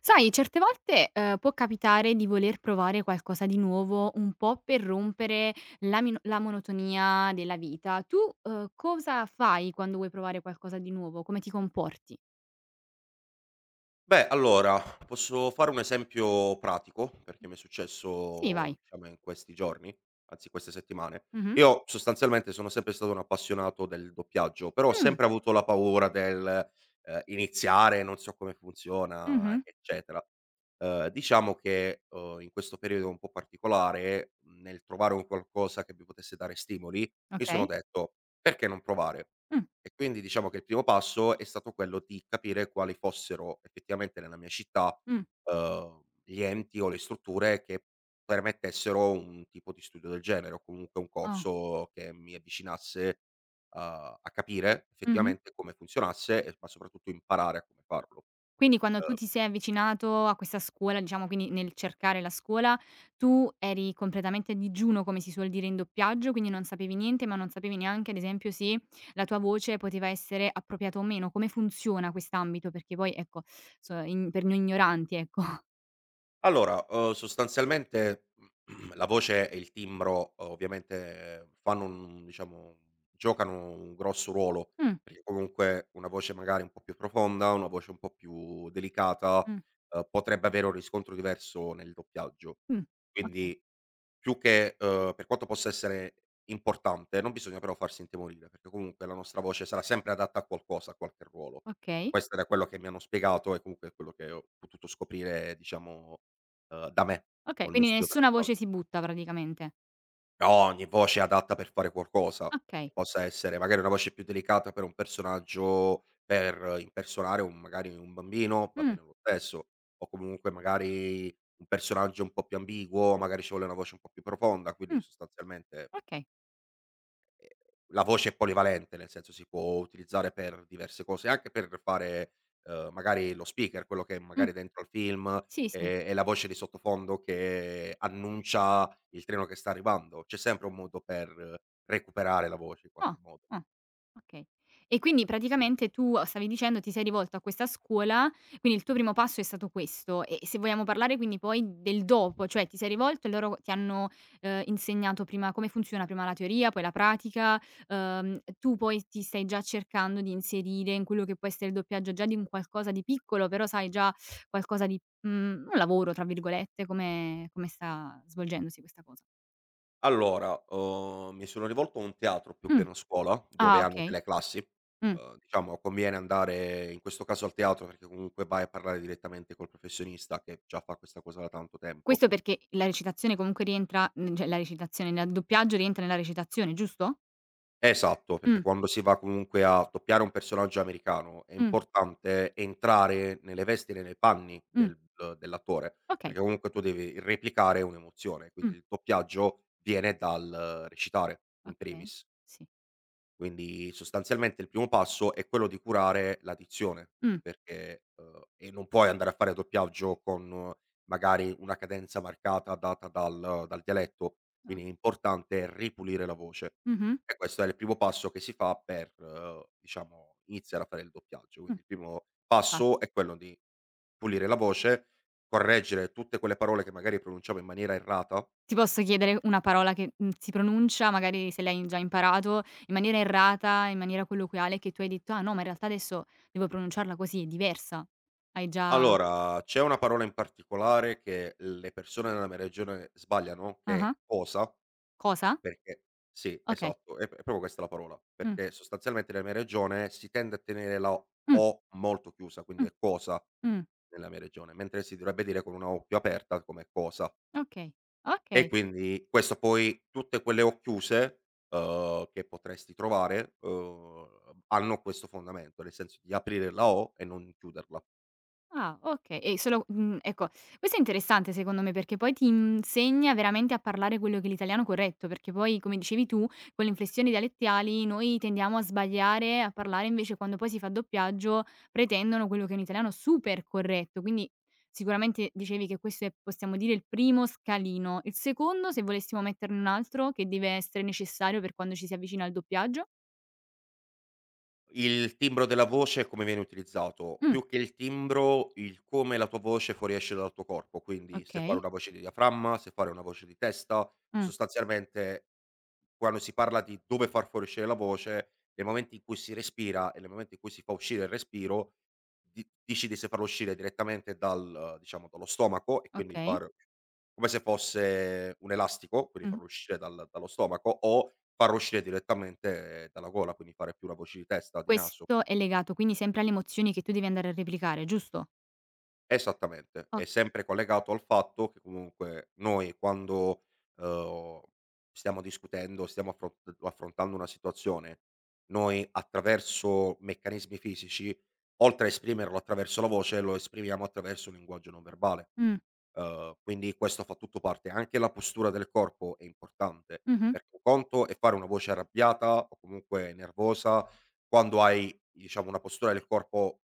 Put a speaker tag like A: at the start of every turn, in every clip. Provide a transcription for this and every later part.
A: Sai, certe volte, può capitare di voler provare qualcosa di nuovo, un po' per rompere la monotonia della vita. Tu, cosa fai quando vuoi provare qualcosa di nuovo? Come ti comporti?
B: Beh, allora, posso fare un esempio pratico, perché mi è
A: Sì,
B: successo,
A: vai.
B: diciamo, in questi giorni, anzi queste settimane.
A: Mh-mh.
B: Io sostanzialmente sono sempre stato un appassionato del doppiaggio, però ho
A: Mh.
B: sempre avuto la paura del, iniziare, non so come funziona,
A: Mh-mh.
B: eccetera. Diciamo che, in questo periodo un po' particolare, nel trovare un qualcosa che mi potesse dare stimoli, mi sono
A: Okay.
B: detto: "Perché non provare?"
A: Mh.
B: E quindi diciamo che il primo passo è stato quello di capire quali fossero effettivamente nella mia città,
A: Mh.
B: gli enti o le strutture che permettessero un tipo di studio del genere, o comunque un
A: Ah.
B: corso che mi avvicinasse a capire
A: Mh-mh.
B: effettivamente come funzionasse e ma soprattutto imparare a come farlo.
A: Quindi quando tu
B: Uhm
A: ti sei avvicinato a questa scuola, diciamo quindi nel cercare la scuola, tu eri completamente a digiuno, come si suol dire in doppiaggio, quindi non sapevi niente, ma non sapevi neanche ad esempio se la tua voce poteva essere appropriata o meno. Come funziona quest'ambito? Perché poi ecco, so in per noi ignoranti ecco.
B: Allora, sostanzialmente la voce e il timbro ovviamente fanno un giocano un grosso ruolo,
A: Mh,
B: perché comunque una voce magari un po' più profonda, una voce un po' più delicata,
A: mh,
B: potrebbe avere un riscontro diverso nel doppiaggio.
A: mh, okay,
B: Quindi più che per quanto possa essere importante, non bisogna però farsi intimorire, perché comunque la nostra voce sarà sempre adatta a qualcosa, a qualche ruolo.
A: okay,
B: Questo era quello che mi hanno spiegato e comunque è quello che ho potuto scoprire da me,
A: okay,
B: col mio
A: quindi
B: studio
A: nessuna
B: personale.
A: voce si butta praticamente.
B: No, ogni voce è adatta per fare qualcosa,
A: Okay,
B: possa essere magari una voce più delicata per un personaggio, per impersonare un magari un bambino, va
A: mh,
B: bene lo stesso, o comunque magari un personaggio un po' più ambiguo, magari ci vuole una voce un po' più profonda, quindi
A: mh,
B: sostanzialmente
A: okay,
B: la voce è polivalente, nel senso si può utilizzare per diverse cose, anche per fare, magari lo speaker, quello che è
A: mh,
B: magari dentro al film è
A: sì, sì.
B: la voce di sottofondo che annuncia il treno che sta arrivando. C'è sempre un modo per recuperare la voce in
A: Ah,
B: qualche modo.
A: ah, okay. E quindi praticamente tu stavi dicendo ti sei rivolto a questa scuola, quindi il tuo primo passo è stato questo. E se vogliamo parlare quindi poi del dopo, cioè ti sei rivolto e loro ti hanno, insegnato prima come funziona prima la teoria, poi la pratica, tu poi ti stai già cercando di inserire in quello che può essere il doppiaggio già di un qualcosa di piccolo, però sai già qualcosa di un "lavoro" tra virgolette, come sta svolgendosi questa cosa.
B: Allora, mi sono rivolto a un teatro più che
A: Mh,
B: a una scuola, dove
A: ah
B: hanno
A: okay,
B: delle classi.
A: mh.
B: Diciamo conviene andare in questo caso al teatro perché comunque vai a parlare direttamente col professionista che già fa questa cosa da tanto tempo.
A: Questo perché la recitazione comunque rientra cioè la recitazione, nel doppiaggio rientra nella recitazione, giusto?
B: Esatto, perché
A: Mh,
B: quando si va comunque a doppiare un personaggio americano è
A: mh,
B: importante entrare nelle vesti e nei panni
A: mh,
B: del dell'attore,
A: okay,
B: perché comunque tu devi replicare un'emozione,
A: mh,
B: quindi il doppiaggio viene dal recitare in
A: okay,
B: primis.
A: sì,
B: Quindi sostanzialmente il primo passo è quello di curare l'addizione,
A: mh,
B: perché, e non puoi andare a fare doppiaggio con magari una cadenza marcata data dal dialetto,
A: o
B: quindi è importante ripulire la voce.
A: mh-mh,
B: E questo è il primo passo che si fa per, diciamo, iniziare a fare il doppiaggio.
A: mh,
B: Quindi il primo passo
A: passo.
B: è quello di pulire la voce, correggere tutte quelle parole che magari pronunciamo in maniera errata.
A: Ti posso chiedere una parola che, si pronuncia, magari se l'hai già imparato in maniera errata, in maniera colloquiale, che tu hai detto: "Ah no, ma in realtà adesso devo pronunciarla così, è diversa." Hai già.
B: Allora, c'è una parola in particolare che le persone nella mia regione sbagliano, che è
A: Ah-ah,
B: cosa,
A: cosa?
B: perché sì,
A: Okay,
B: esatto, è proprio questa la parola,
A: mh,
B: perché sostanzialmente nella mia regione si tende a tenere la
A: mh,
B: O molto chiusa, quindi
A: mh,
B: è cosa
A: mh,
B: nella mia regione, mentre si dovrebbe dire con una O più aperta come cosa.
A: okay,
B: E
A: okay.
B: quindi questo poi tutte quelle O chiuse, che potresti trovare, hanno questo fondamento, nel senso di aprire la O e non chiuderla.
A: Ah, okay. E solo ecco, questo è interessante secondo me, perché poi ti insegna veramente a parlare quello che è l'italiano corretto, perché poi, come dicevi tu, con le inflessioni dialettali noi tendiamo a sbagliare, a parlare invece quando poi si fa doppiaggio pretendono quello che è un italiano super corretto. Quindi sicuramente dicevi che questo è, possiamo dire, il primo scalino. Il secondo, se volessimo metterne un altro che deve essere necessario per quando ci si avvicina al doppiaggio?
B: Il timbro della voce e come viene utilizzato,
A: Mh,
B: più che il timbro, il come la tua voce fuoriesce dal tuo corpo, quindi se fare
A: okay.
B: una voce di diaframma, se fare una voce di testa,
A: Mh,
B: sostanzialmente quando si parla di dove far fuoriuscire la voce, nei momenti in cui si respira e nel momento in cui si fa uscire il respiro, di decidi se farlo uscire direttamente dal diciamo, dallo stomaco e quindi
A: okay.
B: far come se fosse un elastico, quindi
A: Mh.
B: farlo uscire dal dallo stomaco o farlo uscire direttamente dalla gola, quindi fare più una voce di testa, di naso.
A: Questo è legato quindi sempre alle emozioni che tu devi andare a replicare, giusto?
B: Esattamente, è
A: Oka
B: sempre collegato al fatto che comunque noi quando, uhm, stiamo discutendo, stiamo affrontando una situazione, noi attraverso meccanismi fisici, oltre a esprimerlo attraverso la voce, lo esprimiamo attraverso un linguaggio non verbale.
A: mh,
B: Quindi questo fa tutto parte. Anche la postura del corpo è importante,
A: mh-mh,
B: perché un conto è fare una voce arrabbiata o comunque nervosa quando hai, diciamo, una postura del corpo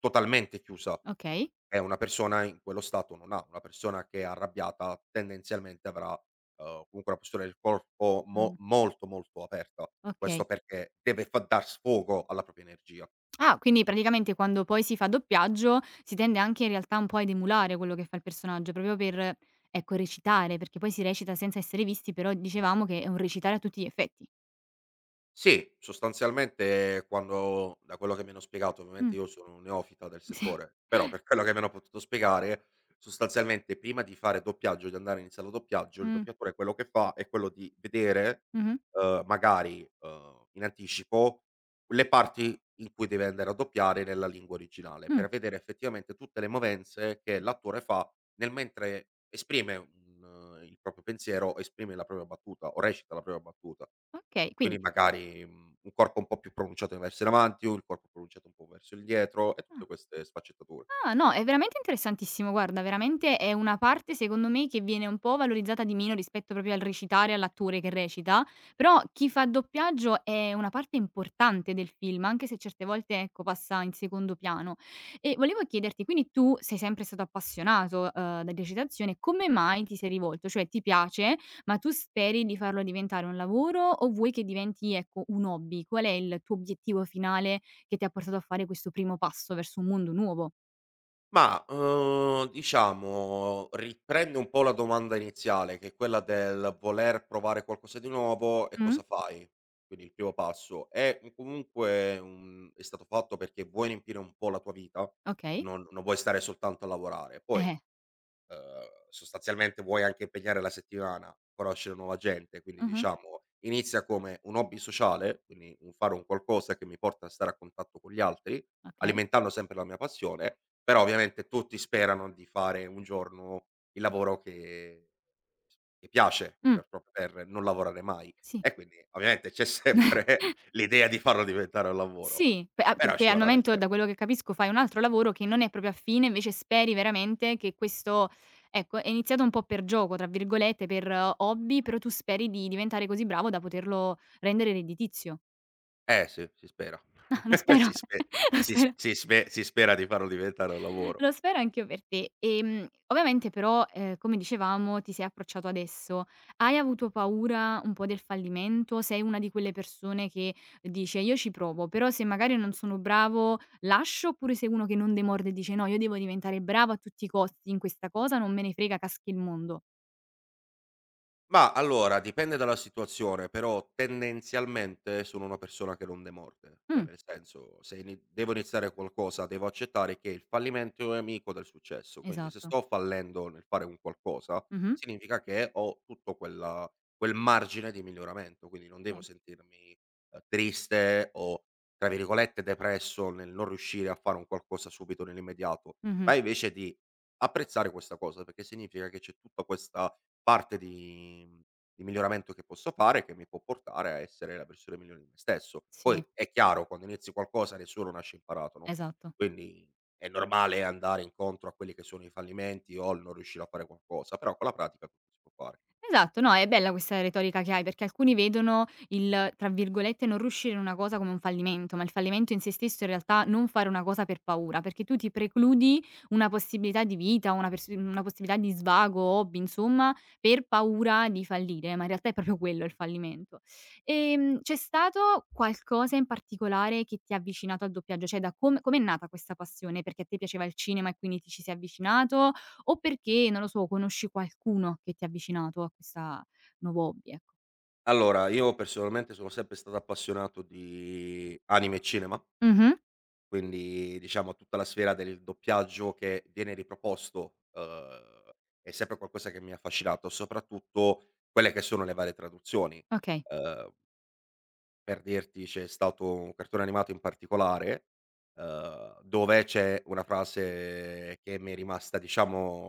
B: totalmente chiusa,
A: okay,
B: e una persona in quello stato non ha. Una persona che è arrabbiata tendenzialmente avrà, comunque una postura del corpo mo
A: mh,
B: molto, molto aperta. Questo
A: okay.
B: perché deve fa dar sfogo alla propria energia.
A: Ah, quindi praticamente quando poi si fa doppiaggio si tende anche in realtà un po' ad emulare quello che fa il personaggio, proprio per, ecco, recitare, perché poi si recita senza essere visti, però dicevamo che è un recitare a tutti gli effetti.
B: Sì, sostanzialmente quando da quello che mi hanno spiegato,
A: Mh,
B: ovviamente io sono un neofita del
A: sì.
B: settore, però per quello che mi hanno potuto spiegare, sostanzialmente prima di fare doppiaggio, di andare in sala doppiaggio, il
A: Mh,
B: doppiatore quello che fa è quello di vedere,
A: mh-mh,
B: in anticipo le parti in cui deve andare a doppiare nella lingua originale,
A: mh,
B: per vedere effettivamente tutte le movenze che l'attore fa nel mentre esprime un il proprio pensiero, esprime la propria battuta o recita la propria battuta.
A: okay, quindi
B: Quindi magari, un corpo un po' più pronunciato verso in avanti, un corpo pronunciato un po' verso il dietro e
A: ah.
B: tutte queste sfaccettature.
A: Ah, no, è veramente interessantissimo. Guarda, veramente è una parte, secondo me, che viene un po' valorizzata di meno rispetto proprio al recitare, all'attore che recita, però chi fa doppiaggio è una parte importante del film, anche se certe volte, ecco, passa in secondo piano. E volevo chiederti, quindi tu sei sempre stato appassionato, da recitazione, come mai ti sei rivolto? Cioè ti piace, ma tu speri di farlo diventare un lavoro o vuoi che diventi, ecco, un hobby? Qual è il tuo obiettivo finale che ti ha portato a fare questo primo passo verso un mondo nuovo?
B: Ma, diciamo riprende un po' la domanda iniziale, che è quella del voler provare qualcosa di nuovo e
A: Mh,
B: cosa fai, quindi il primo passo. È un comunque un è stato fatto perché vuoi riempire un po' la tua vita,
A: okay.
B: non vuoi stare soltanto a lavorare. Poi
A: Eh-eh.
B: sostanzialmente vuoi anche impegnare la settimana, a conoscere nuova gente, quindi
A: Mh-mh.
B: diciamo inizia come un hobby sociale, quindi un fare un qualcosa che mi porta a stare a contatto con gli altri,
A: Okay.
B: alimentando sempre la mia passione, però ovviamente tutti sperano di fare un giorno il lavoro che piace
A: Mh,
B: per proprio per non lavorare mai,
A: sì.
B: e quindi ovviamente c'è sempre l'idea di farlo diventare un lavoro,
A: Sì,
B: però
A: perché
B: ci
A: al
B: vorrà del
A: momento da
B: tempo.
A: quello che capisco fai un altro lavoro che non è proprio affine, invece speri veramente che questo ecco, è iniziato un po' "per gioco", tra virgolette, per hobby, però tu speri di diventare così bravo da poterlo rendere redditizio.
B: Eh sì, si spera.
A: Lo spero,
B: Si spe
A: lo
B: si s
A: spero.
B: si spe si spera di farlo diventare un lavoro.
A: Lo spero anch'io per te. Ovviamente però, come dicevamo, ti sei approcciato adesso. Hai avuto paura un po' del fallimento? Sei una di quelle persone che dice: "Io ci provo, però se magari non sono bravo lascio", oppure sei uno che non demorde e dice: "No, io devo diventare bravo a tutti i costi in questa cosa, non me ne frega, caschi il mondo".
B: Ma allora, dipende dalla situazione, però tendenzialmente sono una persona che non demorde, cioè
A: Mh,
B: nel senso se ini devo iniziare qualcosa devo accettare che il fallimento è amico del successo, quindi se
A: esatto.
B: sto fallendo nel fare un qualcosa
A: Mh-mh.
B: significa che ho tutto quel margine di miglioramento, quindi non devo
A: Okay.
B: sentirmi, triste o tra virgolette "depresso" nel non riuscire a fare un qualcosa subito nell'immediato,
A: Mh-mh.
B: ma invece di apprezzare questa cosa, perché significa che c'è tutta questa parte di di miglioramento che posso fare, che mi può portare a essere la versione migliore di me stesso.
A: Sì,
B: Poi è chiaro, quando inizi qualcosa nessuno nasce imparato, no,
A: esatto.
B: quindi è normale andare incontro a quelli che sono i fallimenti o il non riuscire a fare qualcosa, però con la pratica tutto si può fare.
A: Esatto, no, è bella questa retorica che hai, perché alcuni vedono il, tra virgolette, "non riuscire in una cosa" come un fallimento, ma il fallimento in sé stesso in realtà non fare una cosa per paura, perché tu ti precludi una possibilità di vita, una possibilità di svago, hobby, insomma, per paura di fallire, ma in realtà è proprio quello il fallimento. C'è stato qualcosa in particolare che ti ha avvicinato al doppiaggio? Cioè da come com'è nata questa passione? Perché a te piaceva il cinema e quindi ti ci sei avvicinato o perché, non lo so, conosci qualcuno che ti ha avvicinato a questa nuovo hobby, ecco.
B: Allora, io personalmente sono sempre stato appassionato di anime e cinema.
A: Mh-mh.
B: Quindi diciamo tutta la sfera del doppiaggio che viene riproposto, è sempre qualcosa che mi ha affascinato, soprattutto quelle che sono le varie traduzioni.
A: Okay.
B: Uhm, per dirti c'è stato un cartone animato in particolare, dove c'è una frase che mi è rimasta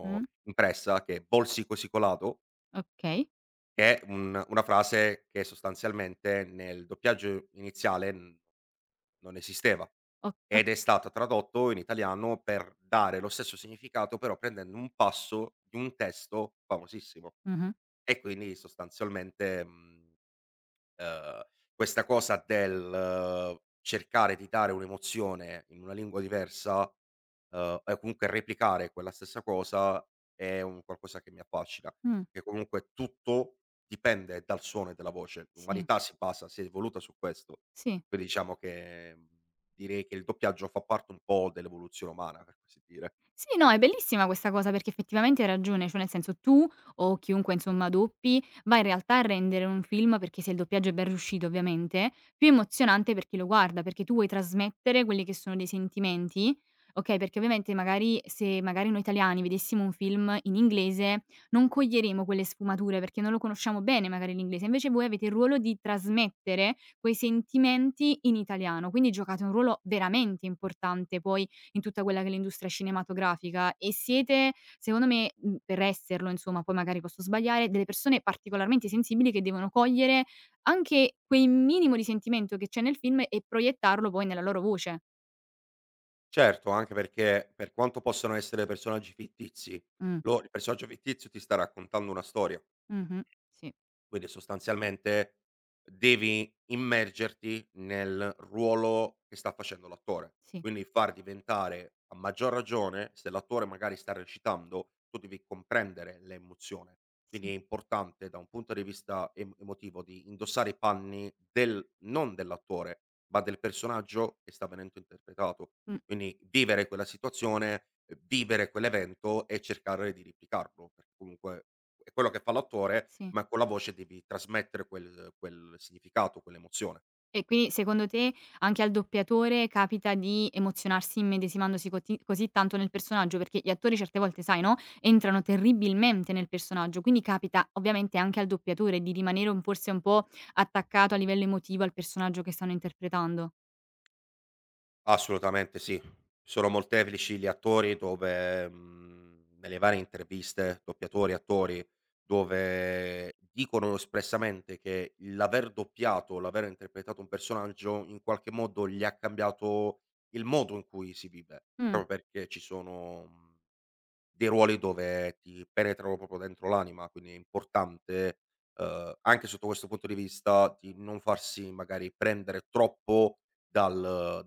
A: Mh.
B: impressa che è: "Vol sico sicolato".
A: Okay.
B: Che è un una frase che sostanzialmente nel doppiaggio iniziale, non esisteva
A: O oka
B: ed è stato tradotto in italiano per dare lo stesso significato, però prendendo un passo di un testo famosissimo,
A: mh-mh.
B: e quindi sostanzialmente, mhmm Ehm, questa cosa del cercare di dare un'emozione in una lingua diversa, e comunque replicare quella stessa cosa è un qualcosa che mi affascina,
A: Mh.
B: che comunque tutto dipende dal suono e dalla voce.
A: Sì,
B: L'umanità si è evoluta su questo.
A: sì.
B: Quindi diciamo che, direi che il doppiaggio fa parte un po' dell'evoluzione umana, per così dire.
A: Sì, no, è bellissima questa cosa perché effettivamente hai ragione, cioè nel senso tu o chiunque insomma doppi va in realtà a rendere un film, perché se il doppiaggio è ben riuscito ovviamente, più emozionante per chi lo guarda, perché tu vuoi trasmettere quelli che sono dei sentimenti, okay, perché ovviamente magari se magari noi italiani vedessimo un film in inglese non coglieremo quelle sfumature, perché non lo conosciamo bene magari l'inglese, invece voi avete il ruolo di trasmettere quei sentimenti in italiano, quindi giocate un ruolo veramente importante poi in tutta quella che è l'industria cinematografica e siete, secondo me, per esserlo insomma, poi magari posso sbagliare, delle persone particolarmente sensibili che devono cogliere anche quel minimo di sentimento che c'è nel film e proiettarlo poi nella loro voce.
B: Certo, anche perché per quanto possano essere personaggi fittizi,
A: Mh.
B: lo il personaggio fittizio ti sta raccontando una storia.
A: Mh-mh. Sì,
B: Quindi sostanzialmente devi immergerti nel ruolo che sta facendo l'attore,
A: sì,
B: quindi far diventare a maggior ragione se l'attore magari sta recitando, tu devi comprendere l'emozione. Quindi
A: sì.
B: è importante da un punto di vista emotivo di indossare i panni del, non dell'attore, ma del personaggio che sta venendo interpretato.
A: Mh,
B: Quindi vivere quella situazione, vivere quell'evento e cercare di replicarlo, perché comunque è quello che fa l'attore,
A: sì.
B: ma con la voce devi trasmettere quel significato, quell'emozione.
A: E quindi secondo te anche al doppiatore capita di emozionarsi immedesimandosi coti così tanto nel personaggio? Perché gli attori certe volte, sai, no, entrano terribilmente nel personaggio, quindi capita ovviamente anche al doppiatore di rimanere un forse un po' attaccato a livello emotivo al personaggio che stanno interpretando.
B: Assolutamente sì. Sono molteplici gli attori dove, nelle varie interviste, doppiatori, attori, dove dicono espressamente che l'aver doppiato, l'aver interpretato un personaggio, in qualche modo gli ha cambiato il modo in cui si vive,
A: Mh,
B: proprio perché ci sono dei ruoli dove ti penetrano proprio dentro l'anima, quindi è importante, anche sotto questo punto di vista, di non farsi magari prendere troppo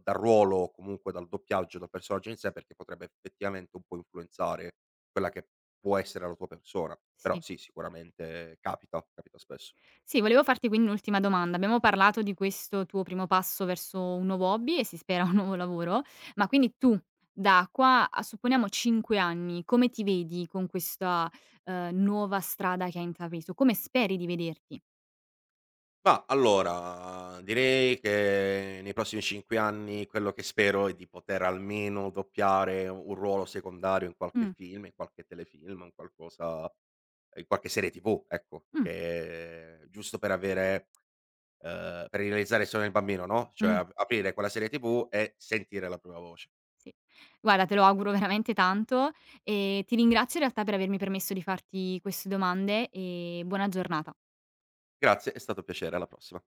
B: dal ruolo o comunque dal doppiaggio, dal personaggio in sé, perché potrebbe effettivamente un po' influenzare quella che può essere la tua persona. Però
A: sì.
B: sì, sicuramente capita, capita spesso.
A: Sì, volevo farti quindi un'ultima domanda. Abbiamo parlato di questo tuo primo passo verso un nuovo hobby e si spera un nuovo lavoro, ma quindi tu da qua a supponiamo 5 anni, come ti vedi con questa, nuova strada che hai intrapreso? Come speri di vederti?
B: Mah, allora, direi che nei prossimi 5 anni quello che spero è di poter almeno doppiare un ruolo secondario in qualche
A: Mh,
B: film, in qualche telefilm, in qualcosa in qualche serie TV, ecco,
A: mh,
B: che giusto per avere per realizzare il sogno del bambino, no, cioè
A: mh,
B: a aprire quella serie TV e sentire la propria voce.
A: sì. Guarda, te lo auguro veramente tanto e ti ringrazio in realtà per avermi permesso di farti queste domande e buona giornata.
B: Grazie, è stato un piacere, alla prossima.